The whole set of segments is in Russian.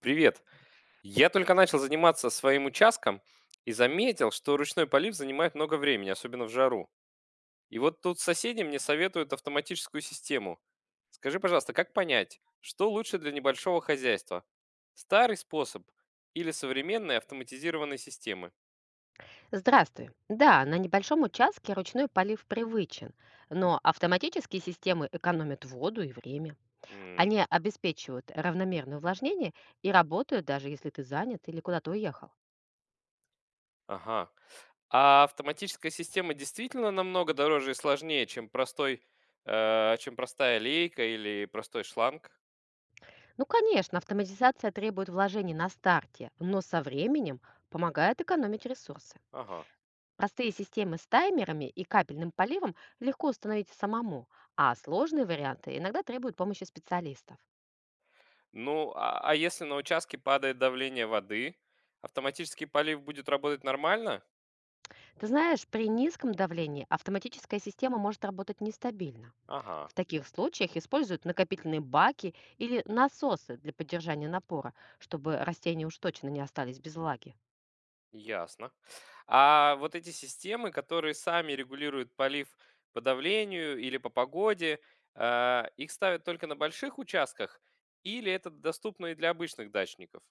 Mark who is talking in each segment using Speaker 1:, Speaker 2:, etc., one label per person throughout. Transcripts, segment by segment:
Speaker 1: Привет. Я только начал заниматься своим участком и заметил, что ручной полив занимает много времени, особенно в жару. И вот тут соседи мне советуют автоматическую систему. Скажи, пожалуйста, как понять, что лучше для небольшого хозяйства? Старый способ или современные автоматизированные системы?
Speaker 2: Здравствуй. Да, на небольшом участке ручной полив привычен, но автоматические системы экономят воду и время.
Speaker 1: М.
Speaker 2: Они обеспечивают равномерное увлажнение и работают даже если ты занят или куда-то уехал.
Speaker 1: Ага. А автоматическая система действительно намного дороже и сложнее, чем простой, чем простая лейка или простой шланг?
Speaker 2: Ну, конечно, автоматизация требует вложений на старте, но со временем помогает экономить ресурсы.
Speaker 1: Ага.
Speaker 2: Простые системы с таймерами и капельным поливом легко установить самому, а сложные варианты иногда требуют помощи специалистов.
Speaker 1: Ну, а если на участке падает давление воды, автоматический полив будет работать нормально?
Speaker 2: Ты знаешь, при низком давлении автоматическая система может работать нестабильно.
Speaker 1: Ага,
Speaker 2: В таких случаях используют накопительные баки или насосы для поддержания напора, чтобы растения уж точно не остались без влаги.
Speaker 1: ясно. А вот эти системы, которые сами регулируют полив по давлению или по погоде, их ставят только на больших участках или это доступно и для обычных дачников?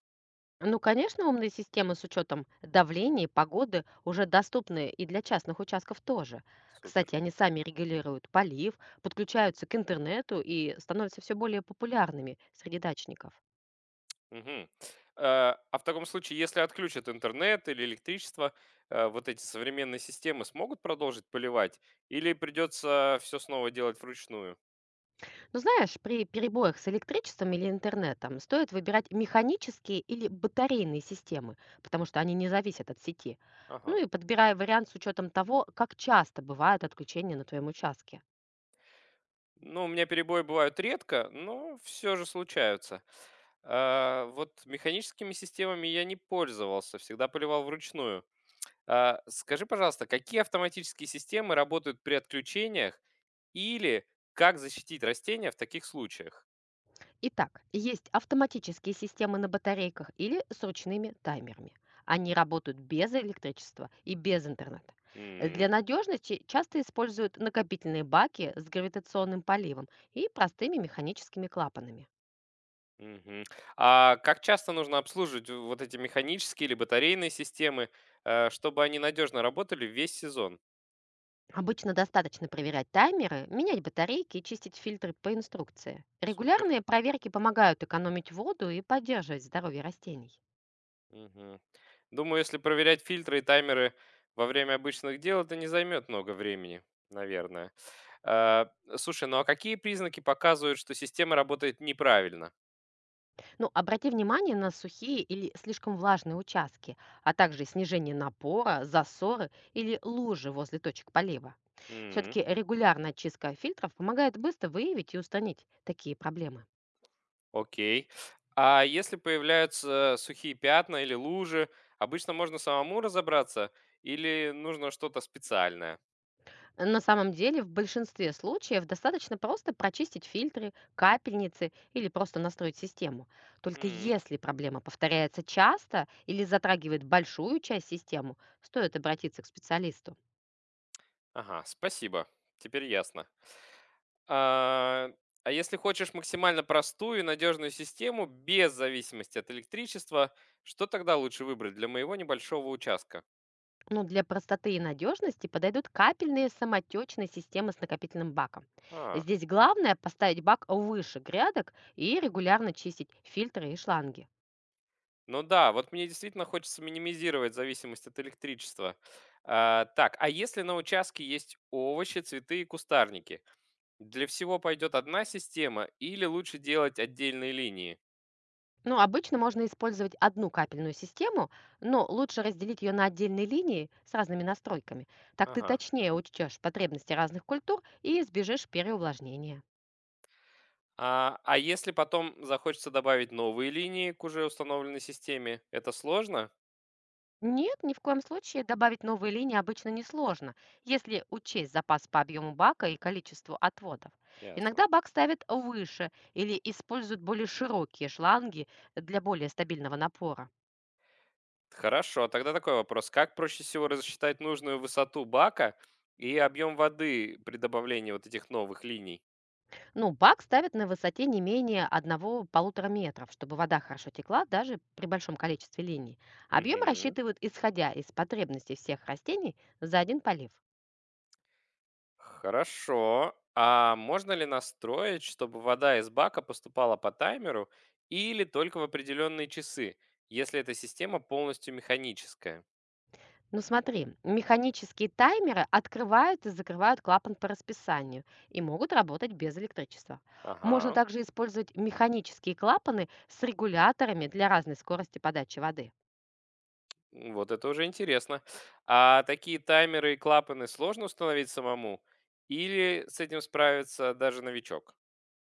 Speaker 2: Ну, конечно, умные системы с учетом давления и погоды уже доступны и для частных участков тоже.
Speaker 1: Супер.
Speaker 2: Кстати, они сами регулируют полив, подключаются к интернету и становятся все более популярными среди дачников.
Speaker 1: Мгм. А в таком случае, если отключат интернет или электричество, вот эти современные системы смогут продолжить поливать или придется все снова делать вручную?
Speaker 2: Но знаешь, при перебоях с электричеством или интернетом стоит выбирать механические или батарейные системы, потому что они не зависят от сети.
Speaker 1: Ага.
Speaker 2: Ну и подбирая вариант с учетом того, как часто бывают отключения на твоем участке.
Speaker 1: Ну, у меня перебои бывают редко, но все же случаются. А, вот механическими системами я не пользовался, всегда поливал вручную. А, скажи, пожалуйста, какие автоматические системы работают при отключениях или как защитить растения в таких случаях?
Speaker 2: Итак, есть автоматические системы на батарейках или с ручными таймерами. Они работают без электричества и без интернета. Для надежности часто используют накопительные баки с гравитационным поливом и простыми механическими клапанами.
Speaker 1: Мгм. А как часто нужно обслуживать вот эти механические или батарейные системы, чтобы они надежно работали весь сезон?
Speaker 2: Обычно достаточно проверять таймеры, менять батарейки и чистить фильтры по инструкции.
Speaker 1: Супер.
Speaker 2: Регулярные проверки помогают экономить воду и поддерживать здоровье растений.
Speaker 1: Мгм. Думаю, если проверять фильтры и таймеры во время обычных дел, это не займет много времени, наверное. А, слушай, ну а какие признаки показывают, что система работает неправильно?
Speaker 2: Ну, обрати внимание на сухие или слишком влажные участки, а также снижение напора, засоры или лужи возле точек полива.
Speaker 1: М.
Speaker 2: Все-таки регулярная чистка фильтров помогает быстро выявить и устранить такие проблемы.
Speaker 1: Окей. А если появляются сухие пятна или лужи, обычно можно самому разобраться или нужно что-то специальное?
Speaker 2: На самом деле, в большинстве случаев достаточно просто прочистить фильтры, капельницы или просто настроить систему. Только если проблема повторяется часто или затрагивает большую часть системы, стоит обратиться к специалисту.
Speaker 1: Ага, спасибо. Теперь ясно. А, а если хочешь максимально простую и надежную систему без зависимости от электричества, что тогда лучше выбрать для моего небольшого участка?
Speaker 2: Но для простоты и надежности подойдут капельные самотечные системы с накопительным баком.
Speaker 1: А,
Speaker 2: Здесь главное поставить бак выше грядок и регулярно чистить фильтры и шланги.
Speaker 1: ну да, вот мне действительно хочется минимизировать зависимость от электричества. А, так, а если на участке есть овощи, цветы и кустарники, для всего пойдет одна система или лучше делать отдельные линии?
Speaker 2: Ну, обычно можно использовать одну капельную систему, но лучше разделить ее на отдельные линии с разными настройками. Так ты
Speaker 1: Ага.
Speaker 2: точнее учтешь потребности разных культур и избежишь переувлажнения.
Speaker 1: А если потом захочется добавить новые линии к уже установленной системе, это сложно?
Speaker 2: Нет, ни в коем случае добавить новые линии обычно несложно, если учесть запас по объему бака и количеству отводов.
Speaker 1: Ясно.
Speaker 2: Иногда бак ставят выше или используют более широкие шланги для более стабильного напора.
Speaker 1: Хорошо, тогда такой вопрос. Как проще всего рассчитать нужную высоту бака и объем воды при добавлении вот этих новых линий?
Speaker 2: Ну, бак ставят на высоте не менее одного-полутора метров, чтобы вода хорошо текла даже при большом количестве линий. Объем
Speaker 1: Мгм.
Speaker 2: рассчитывают исходя из потребностей всех растений за один полив.
Speaker 1: Хорошо. А можно ли настроить, чтобы вода из бака поступала по таймеру или только в определенные часы, если эта система полностью механическая?
Speaker 2: Ну смотри, механические таймеры открывают и закрывают клапан по расписанию и могут работать без электричества. Можно
Speaker 1: Ага.
Speaker 2: также использовать механические клапаны с регуляторами для разной скорости подачи воды.
Speaker 1: Вот это уже интересно. А такие таймеры и клапаны сложно установить самому? Или с этим справится даже новичок?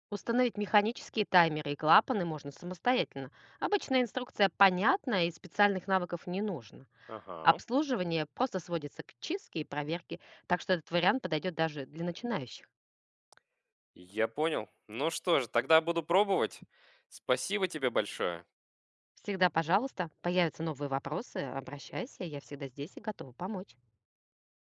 Speaker 2: Установить механические таймеры и клапаны можно самостоятельно. Обычная инструкция понятна и специальных навыков не нужно.
Speaker 1: Ага,
Speaker 2: Обслуживание просто сводится к чистке и проверке, так что этот вариант подойдет даже для начинающих.
Speaker 1: я понял. Ну что же, тогда буду пробовать. Спасибо тебе большое.
Speaker 2: Всегда, пожалуйста, появятся новые вопросы, обращайся, я всегда здесь и готова помочь.